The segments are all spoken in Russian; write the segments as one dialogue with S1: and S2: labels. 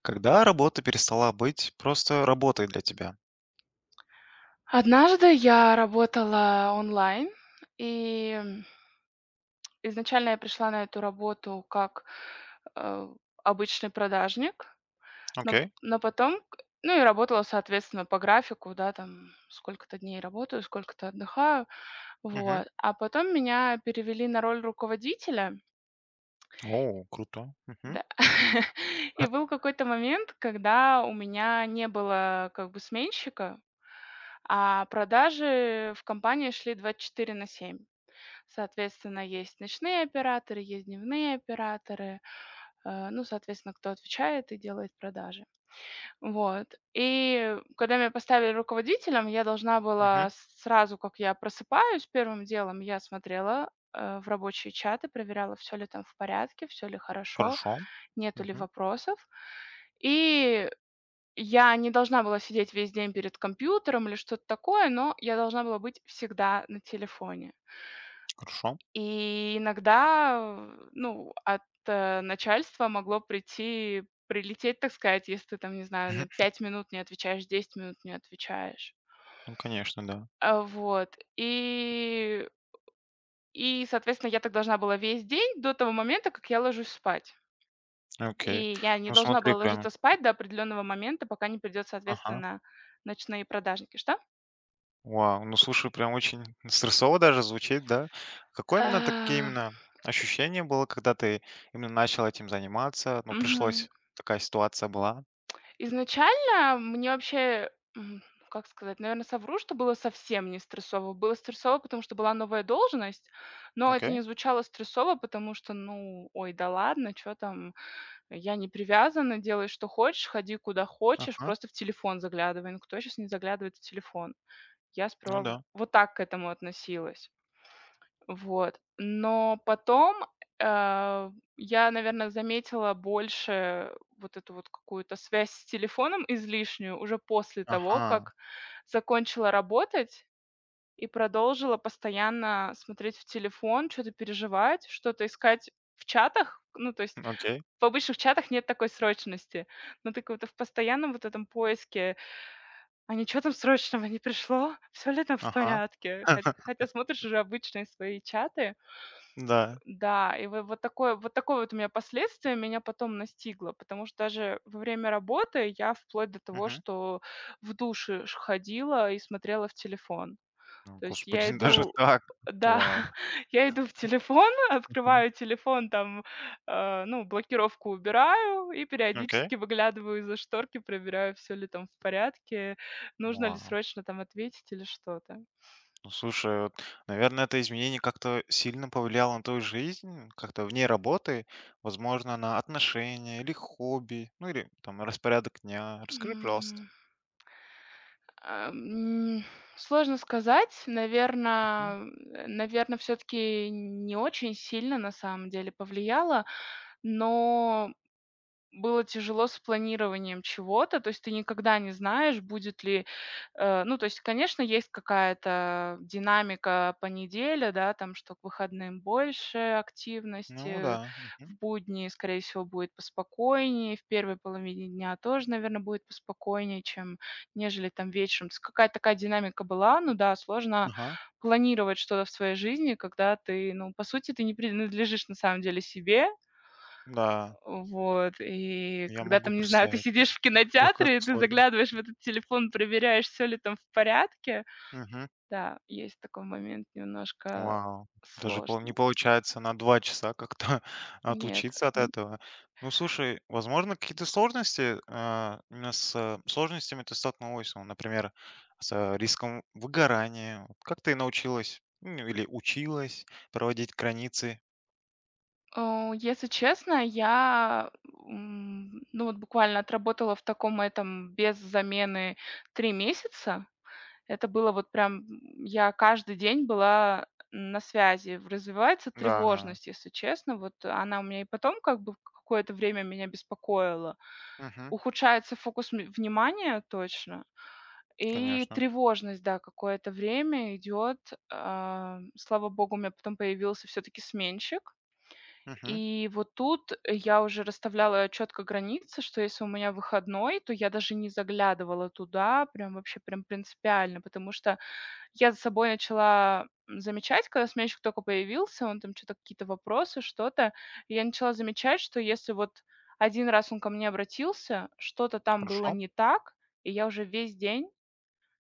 S1: Когда работа перестала быть просто работой для тебя?
S2: Однажды я работала онлайн, и м, изначально я пришла на эту работу как, э, обычный продажник, но п
S1: Окей.
S2: но потом к ну, и работала, соответственно, по графику, да, там сколько-то дней работаю, сколько-то отдыхаю,
S1: Мгм.
S2: вот. А потом меня перевели на роль руководителя.
S1: О, круто. Мгм.
S2: Да.
S1: Ха,
S2: И был какой-то момент, когда у меня не было как бы сменщика, а продажи в компании шли 24/7. Соответственно, есть ночные операторы, есть дневные операторы. Ну, соответственно, кто отвечает и делает продажи. Вот. И когда меня поставили руководителем, я должна
S1: мгм.
S2: была сразу, как я просыпаюсь, первым делом я смотрела в рабочие чаты, проверяла, все ли там в порядке, все ли хорошо,
S1: Хорошо.
S2: нету ли
S1: Мгм.
S2: вопросов. И я не должна была сидеть весь день перед компьютером или что-то такое, но я должна была быть всегда на телефоне.
S1: Хорошо.
S2: И иногда, ну, от, начальства могло прийти прилететь, так сказать, если ты там, не знаю,
S1: Мгм.
S2: на 5 минут не отвечаешь, 10 минут не отвечаешь.
S1: Ну, конечно, да.
S2: А, вот. И соответственно, я так должна была весь день до того момента, как я ложусь спать. И
S1: Окей.
S2: я не
S1: Ну,
S2: должна
S1: смотри,
S2: была
S1: прям.
S2: ложиться спать до определенного момента, пока не придет,
S1: Ага.
S2: соответственно, "Ночные продажники". Что?
S1: Вау. Ну, слушай, прям очень стрессово даже звучит, да? Какое именно, такие
S2: А,
S1: именно ощущение было, когда ты именно начал этим заниматься? Ну,
S2: мгм.
S1: пришлось, такая ситуация была.
S2: Изначально мне вообще, м, как сказать, наверное, совру, что было совсем не стрессово. Было стрессово, потому что была новая должность, но это
S1: Окей.
S2: не звучало стрессово, потому что, ну, ой, да ладно, что там, я не привязана, делай, что хочешь, ходи, куда хочешь,
S1: Ага.
S2: просто в телефон заглядывай. Ну, кто щас не заглядывает в телефон? Я
S1: Ну
S2: сперва в
S1: да.
S2: вот так к этому относилась. Вот. Но потом, а, я, наверное, заметила больше вот эту вот какую-то связь с телефоном излишнюю уже после того,
S1: Ага.
S2: как закончила работать и продолжила постоянно смотреть в телефон, что то переживать, что-то искать в чатах. Ну, то есть
S1: Окей.
S2: в обычных чатах нет такой срочности, но ты как будто в постоянном вот этом поиске: "А ничего там срочного не пришло? Все ли там в
S1: Ага.
S2: порядке?" Хо хотя смотришь уже обычные свои чаты,
S1: Да.
S2: да, и вы вот такое вот у меня последствие меня потом настигло, потому что даже во время работы я вплоть до того,
S1: Мгм.
S2: что в душе ш ходила и смотрела в телефон.
S1: О,
S2: То есть я
S1: господи, даже
S2: иду
S1: так.
S2: да,
S1: Вау.
S2: я иду в телефон,
S1: Мгм.
S2: открываю телефон, там, ну, блокировку убираю и
S1: Окей.
S2: периодически выглядываю из-за шторки, проверяю, все ли там в порядке, нужно ли
S1: Вау.
S2: срочно там ответить или что-то.
S1: Ну, слушай, вот, наверное, это изменение как-то сильно повлияло на твою жизнь, как-то вне работы, возможно, на отношения или хобби, ну или там распорядок дня. Расскажи, пожалуйста.
S2: Ам, Сложно сказать,
S1: Мгм.
S2: наверное, все таки не очень сильно на самом деле повлияло, но было тяжело с планированием чего-то, то есть ты никогда не знаешь, будет ли, ну, то есть, конечно, есть какая-то динамика по неделе, да, там, что к выходным больше
S1: Ну
S2: активности,
S1: да. Мгм.
S2: в будни, скорее всего, будет поспокойнее, в первой половине дня тоже, наверное, будет поспокойнее, чем нежели там вечером. То есть какая-то такая динамика была, ну да, сложно
S1: Ага.
S2: планировать что-то в своей жизни, когда ты, ну, по сути, ты не принадлежишь на самом деле себе,
S1: Да,
S2: вот, и
S1: я
S2: когда
S1: могу
S2: там, не знаю, ты
S1: представить, да,
S2: сидишь в
S1: насколько это
S2: кинотеатре, и ты
S1: сложно.
S2: заглядываешь в этот телефон, проверяешь, все ли там в порядке. Да, есть такой момент немножко
S1: Вау, даже пол не
S2: сложный.
S1: получается на 2 часа как-то
S2: Нет,
S1: отучиться от
S2: м.
S1: этого. Ну, слушай, возможно, какие-то сложности, а, именно с сложностями ты столкнулась, ну, например, с риском выгорания. Вот как ты научилась, ну, или училась проводить границы?
S2: О, если честно, я, ну, вот буквально отработала в таком этом без замены 3 месяца. Это было вот прям, я каждый день была на связи. В Развивается
S1: Да.
S2: тревожность, если честно. Вот она у меня и потом как бы какое-то время меня беспокоила.
S1: Мгм.
S2: Ухудшается фокус внимания точно. И
S1: Конечно.
S2: тревожность, да, какое-то время идет. Слава богу, у меня потом появился все-таки сменщик.
S1: Мгм.
S2: И вот тут я уже расставляла четко границы, что если у меня выходной, то я даже не заглядывала туда, прям вообще прям принципиально, потому что я за собой начала замечать, когда сменщик только появился, он там что то какие-то вопросы, что-то. И я начала замечать, что если вот один раз он ко мне обратился, что-то там было
S1: Хорошо.
S2: не так, и я уже весь день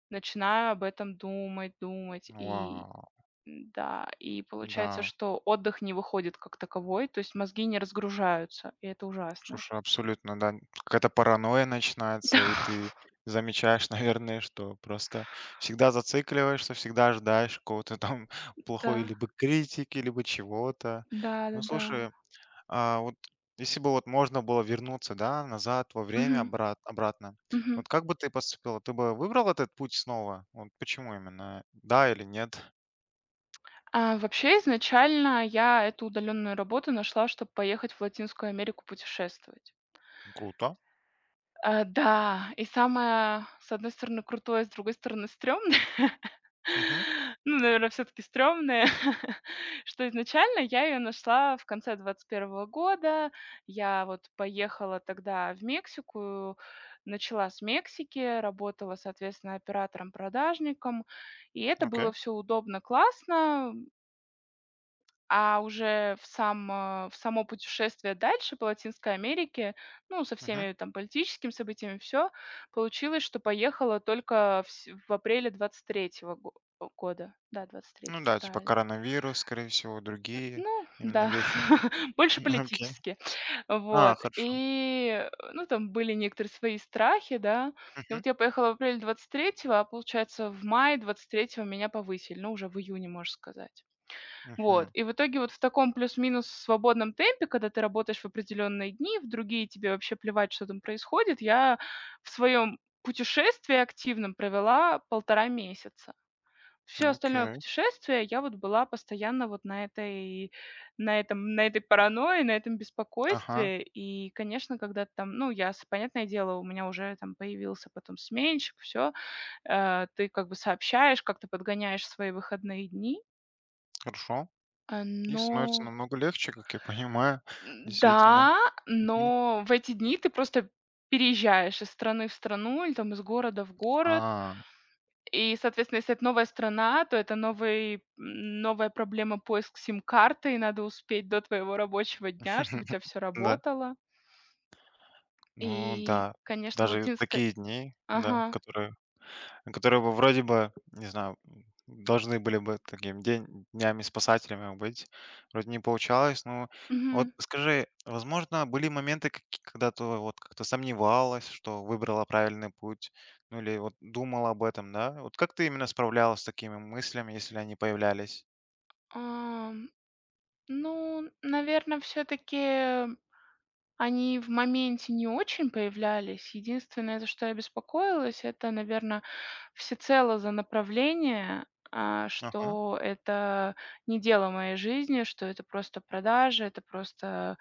S2: начинаю об этом думать, думать. И
S1: Вау,
S2: м-да, и получается,
S1: да.
S2: что отдых не выходит как таковой, то есть мозги не разгружаются, и это ужасно.
S1: Слушай, абсолютно, да. Какая-то паранойя начинается, и ты замечаешь, наверное, что просто всегда зацикливаешься, всегда ожидаешь какого-то там
S2: Да,
S1: плохой
S2: да,
S1: либо критики, либо чего-то. Ну,
S2: да-да-да.
S1: слушай, а вот если бы вот можно было вернуться, да, назад во время
S2: Мгм,
S1: обратно,
S2: мгм.
S1: вот как бы ты поступила? Ты бы выбрал этот путь снова? Вот почему именно? Да или нет?
S2: Вообще, изначально я эту удаленную работу нашла, чтобы поехать в Латинскую Америку путешествовать.
S1: Круто.
S2: Да, и самое, с одной стороны, крутое, с другой стороны, стрёмное,
S1: Мгм.
S2: ну, наверное, всё-таки стрёмное, что изначально я её нашла в конце 21 года. Я вот поехала тогда в Мексику, начала с Мексики, работала, соответственно, оператором-продажником. И это
S1: Окей.
S2: было всё удобно, классно. А уже в сам в само путешествие дальше по Латинской Америке, ну, со
S1: Мгм.
S2: всеми там политическими событиями, все получилось, что поехала только в апреле 23-го года. Да, двадцать
S1: Ну
S2: третьего,
S1: да, типа
S2: правильно.
S1: коронавирус, скорее всего, другие
S2: Ну
S1: именно
S2: да,
S1: вещи.
S2: больше
S1: Окей.
S2: политически.
S1: А,
S2: Вот.
S1: хорошо.
S2: И, ну, там были некоторые свои страхи, да. И
S1: Мгм,
S2: вот я поехала в апреле 23-го, а получается, в мае 23-го меня повысили, ну, уже в июне, можно сказать. Вот,
S1: мгм.
S2: и в итоге вот в таком плюс-минус свободном темпе, когда ты работаешь в определенные дни, в другие тебе вообще плевать, что там происходит, я в своем путешествии активном провела полтора месяца. Все остальное
S1: Окей.
S2: путешествие я вот была постоянно вот на этой паранойи, на этом
S1: Ага,
S2: беспокойстве. И, конечно, когда ты там, ну, я, с понятное дело, у меня уже там появился потом сменщик, все. Ты как бы сообщаешь, как ты подгоняешь свои выходные дни,
S1: хорошо. И становится
S2: но
S1: намного легче, как я понимаю, действительно.
S2: Да,
S1: Мгм.
S2: но в эти дни ты просто переезжаешь из страны в страну или там из города в город.
S1: А.
S2: И, соответственно, если это новая страна, то это новый новая проблема поиск сим-карты, и надо успеть до твоего рабочего дня, чтобы у тебя все
S1: Да.
S2: работало.
S1: Ну
S2: И,
S1: да,
S2: конечно,
S1: даже
S2: латинская.
S1: такие дни, да,
S2: Ага.
S1: которые которые бы вроде бы, не знаю, должны были бы таким день днями-спасателями быть. Вроде не получалось. Ну, вот
S2: Мгм.
S1: скажи, возможно, были моменты, когда ты вот как-то сомневалась, что выбрала правильный путь, ну или вот думала об этом, да? Вот как ты именно справлялась с такими мыслями, если они появлялись?
S2: Ам, ну, наверное, все таки они в моменте не очень появлялись. Единственное, за что я беспокоилась, это, наверное, всецело за направление,
S1: Ага,
S2: что это не дело моей жизни, что это просто продажи, это просто,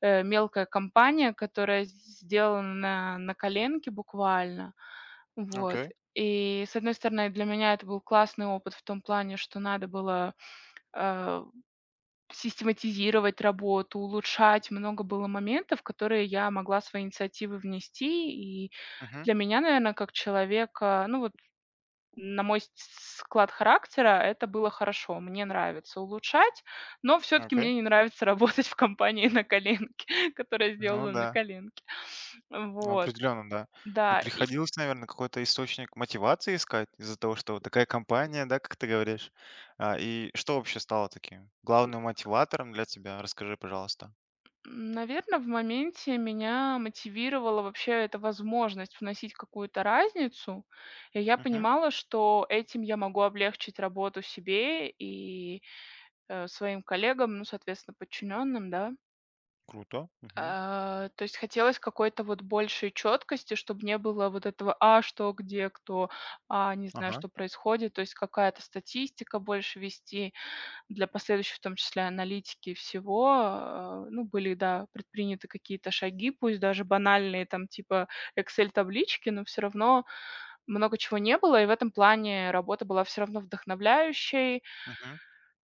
S2: мелкая компания, которая сделана на коленке буквально. Вот.
S1: окей.
S2: И, с одной стороны, для меня это был классный опыт в том плане, что надо было, э, систематизировать работу, улучшать. Много было моментов, которые я могла свои инициативы внести. И
S1: Мгм,
S2: для меня, наверное, как человека, ну вот на мой с склад характера это было хорошо. Мне нравится улучшать, но все таки
S1: окей.
S2: мне не нравится работать в компании на коленке, которая
S1: Ну
S2: сделана
S1: да.
S2: на коленке. Вот,
S1: Определенно, да. И
S2: да,
S1: приходилось, наверное, какой-то источник мотивации искать из-за того, что вот такая компания, да, как ты говоришь. А, и что вообще стало таким главным мотиватором для тебя? Расскажи, пожалуйста.
S2: наверное, в моменте меня мотивировала вообще эта возможность вносить какую-то разницу. И я
S1: Мгм.
S2: понимала, что этим я могу облегчить работу себе и, своим коллегам, ну, соответственно, подчиненным, да.
S1: Круто. Мгм.
S2: То есть хотелось какой-то вот большей четкости, чтобы не было вот этого: "А что, где, кто, а не знаю,
S1: Ага.
S2: что происходит". То есть какая-то статистика больше вести. Для последующей, в том числе, аналитики и всего, ну, были, да, предприняты какие-то шаги, пусть даже банальные, там, типа Excel таблички, но все равно много чего не было. И в этом плане работа была все равно вдохновляющей.
S1: Мгм.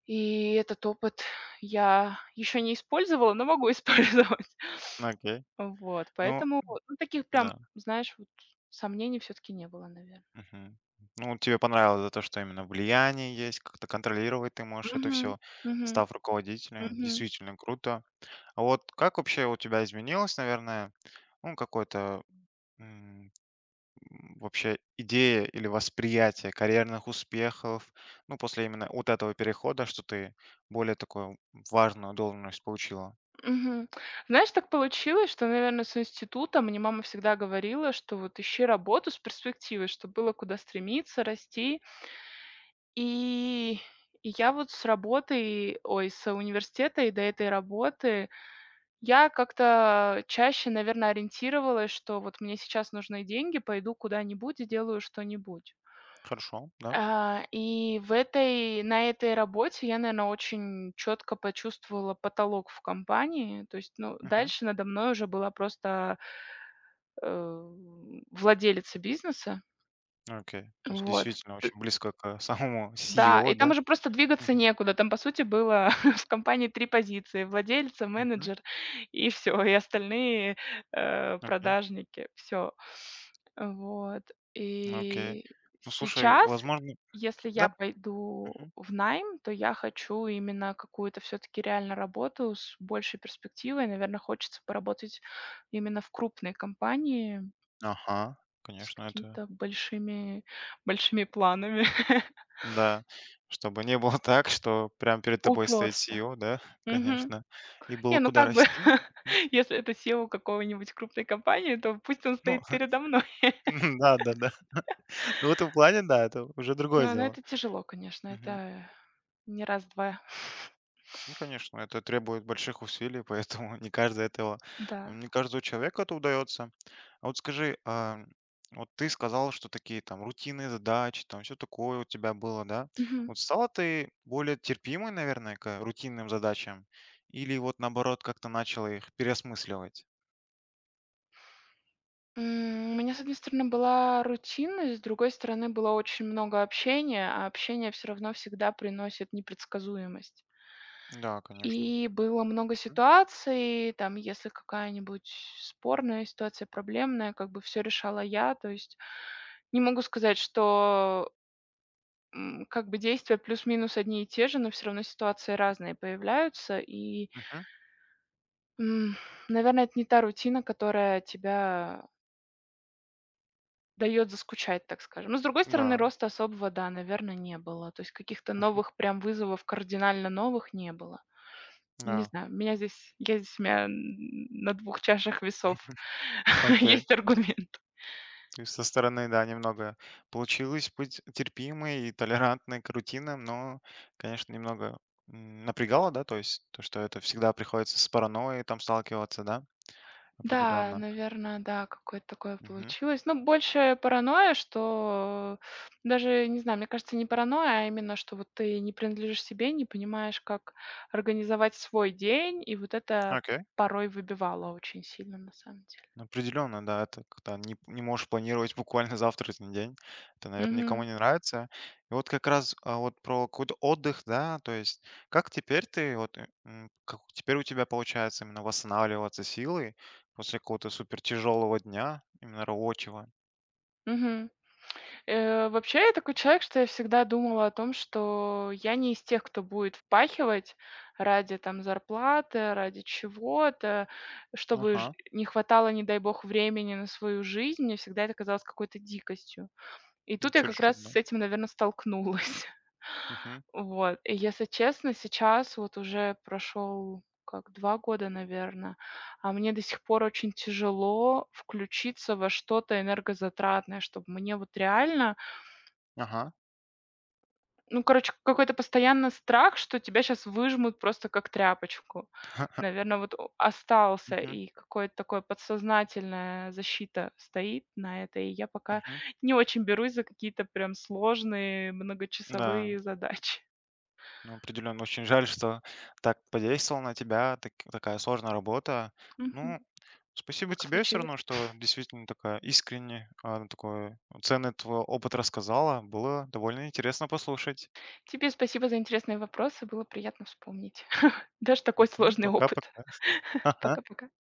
S2: И этот опыт я еще не использовала, но могу использовать.
S1: Окей.
S2: Вот,
S1: Ну,
S2: поэтому, ну, таких прям,
S1: да.
S2: знаешь, вот сомнений все таки не было, наверное.
S1: Мгм. Ну, тебе понравилось за то, что именно влияние есть, как-то контролировать ты можешь это
S2: Мгм.
S1: все,
S2: Мгм.
S1: став руководителем. Действительно круто. А вот как вообще у тебя изменилось, наверное, ну, какой-то вообще идея или восприятие карьерных успехов, ну, после именно вот этого перехода, что ты более такую важную должность получила.
S2: Мгм. Знаешь, так получилось, что, наверное, с института мне мама всегда говорила, что вот ищи работу с перспективой, чтобы было куда стремиться, расти. И и я вот с работой, ой, с университета и до этой работы, я как-то чаще, наверное, ориентировалась, что вот мне сейчас нужны деньги, пойду куда-нибудь, и сделаю что-нибудь.
S1: Хорошо, да.
S2: И в этой на этой работе я, наверное, очень четко почувствовала потолок в компании. То есть, ну,
S1: Мгм.
S2: дальше надо мной уже была просто, э, владелица бизнеса.
S1: Окей. То есть
S2: Вот.
S1: действительно очень близко к самому
S2: Да,
S1: CEO,
S2: и там
S1: да?
S2: уже просто двигаться
S1: Мгм.
S2: некуда. Там, по сути, было в компании 3 позиции: владельца,
S1: Мгм.
S2: менеджер и все, и остальные,
S1: Окей.
S2: продажники. Все. Вот.
S1: Окей.
S2: И
S1: Ну, слушай,
S2: сейчас,
S1: возможно,
S2: если я
S1: да?
S2: пойду
S1: Мгм.
S2: в найм, то я хочу именно какую-то все таки реально работу с большей перспективой. Наверное, хочется поработать именно в крупной компании
S1: Ага,
S2: с
S1: конечно, это
S2: какими-то большими большими планами.
S1: да. Чтобы не было так, что прям перед тобой стоит
S2: Упёрся.
S1: CEO, да,
S2: Мгм.
S1: конечно. И было
S2: Не, ну
S1: куда
S2: как бы,
S1: расти. Мгм.
S2: если это SEO какого-нибудь крупной компании, то пусть он
S1: Ну,
S2: стоит передо мной.
S1: да, да, да. Ну, в этом плане, да, это уже другое
S2: Но
S1: дело.
S2: это тяжело, конечно,
S1: Мгм.
S2: это не раз-два.
S1: Ну, конечно, это требует больших усилий, поэтому не каждый этого,
S2: Да.
S1: не каждому человеку это удается. А вот скажи, а, вот ты сказал, что такие там рутинные задачи, там все такое у тебя было, да?
S2: Мгм.
S1: Вот стала ты более терпимой, наверное, к рутинным задачам? Или вот наоборот как-то начала их переосмысливать?
S2: У меня, с одной стороны, была рутинность, с другой стороны, было очень много общения, а общение все равно всегда приносит непредсказуемость.
S1: Да, конечно.
S2: И было много
S1: М,
S2: ситуаций, там, если какая-нибудь спорная ситуация, проблемная, как бы все решала я. То есть не могу сказать, что как бы действия плюс-минус одни и те же, но все равно ситуации разные появляются. И,
S1: мгм.
S2: м, наверное, это не та рутина, которая тебя дает заскучать, так скажем. Но, с другой стороны,
S1: Да,
S2: роста особого, да, наверное, не было. То есть каких-то новых прям вызовов, кардинально новых не было. Не
S1: да.
S2: знаю, меня здесь я здесь у меня н на двух чашах весов
S1: Окей.
S2: есть аргумент.
S1: То есть со стороны, да, немного получилось быть терпимой и толерантной к рутинам, но, конечно, немного напрягало, да, то есть то, что это всегда приходится с паранойей там сталкиваться, да,
S2: Да,
S1: определенно.
S2: наверное, да, какое-то такое
S1: Мгм.
S2: получилось. Ну, больше паранойя, что даже, не знаю, мне кажется, не паранойя, а именно, что вот ты не принадлежишь себе, не понимаешь, как организовать свой день, и вот это
S1: Окей.
S2: порой выбивало очень сильно на самом деле.
S1: Ну, определенно, да, это когда не, не можешь планировать буквально завтрашний день. Это, наверное, никому
S2: Мгм.
S1: не нравится. И вот как раз а, вот про какой-то отдых, да, то есть как теперь ты, вот, как теперь у тебя получается именно восстанавливаться силой после какого-то супер тяжелого дня, именно рабочего?
S2: Мгм. Вообще, я такой человек, что я всегда думала о том, что я не из тех, кто будет впахивать ради там зарплаты, ради чего-то, чтобы ж
S1: Ага,
S2: не хватало, не дай бог, времени на свою жизнь. Мне всегда это казалось какой-то дикостью. И
S1: не
S2: тут я как
S1: чересчур,
S2: раз
S1: да.
S2: с этим, наверное, столкнулась.
S1: Мгм.
S2: Вот. И если честно, сейчас вот уже прошел как, 2 года, наверное, а мне до сих пор очень тяжело включиться во что-то энергозатратное, чтобы мне вот реально
S1: Ага.
S2: ну, короче, какой-то постоянно страх, что тебя сейчас выжмут просто как тряпочку. Наверное, вот о остался,
S1: Мгм.
S2: и какое-то такое подсознательная защита стоит на это, и я пока
S1: Мгм.
S2: не очень берусь за какие-то прям сложные
S1: Да.
S2: многочасовые задачи.
S1: Ну, определенно, очень жаль, что так подействовала на тебя такая сложная работа.
S2: Мгм.
S1: Ну, спасибо
S2: Так
S1: тебе все равно,
S2: случилось.
S1: что действительно такая искренне, а, такой ценный твой опыт рассказала. Было довольно интересно послушать.
S2: Тебе спасибо за интересные вопросы, было приятно вспомнить даже такой
S1: Мгм,
S2: сложный опыт.
S1: пока-пока. Ага.
S2: Пока-пока.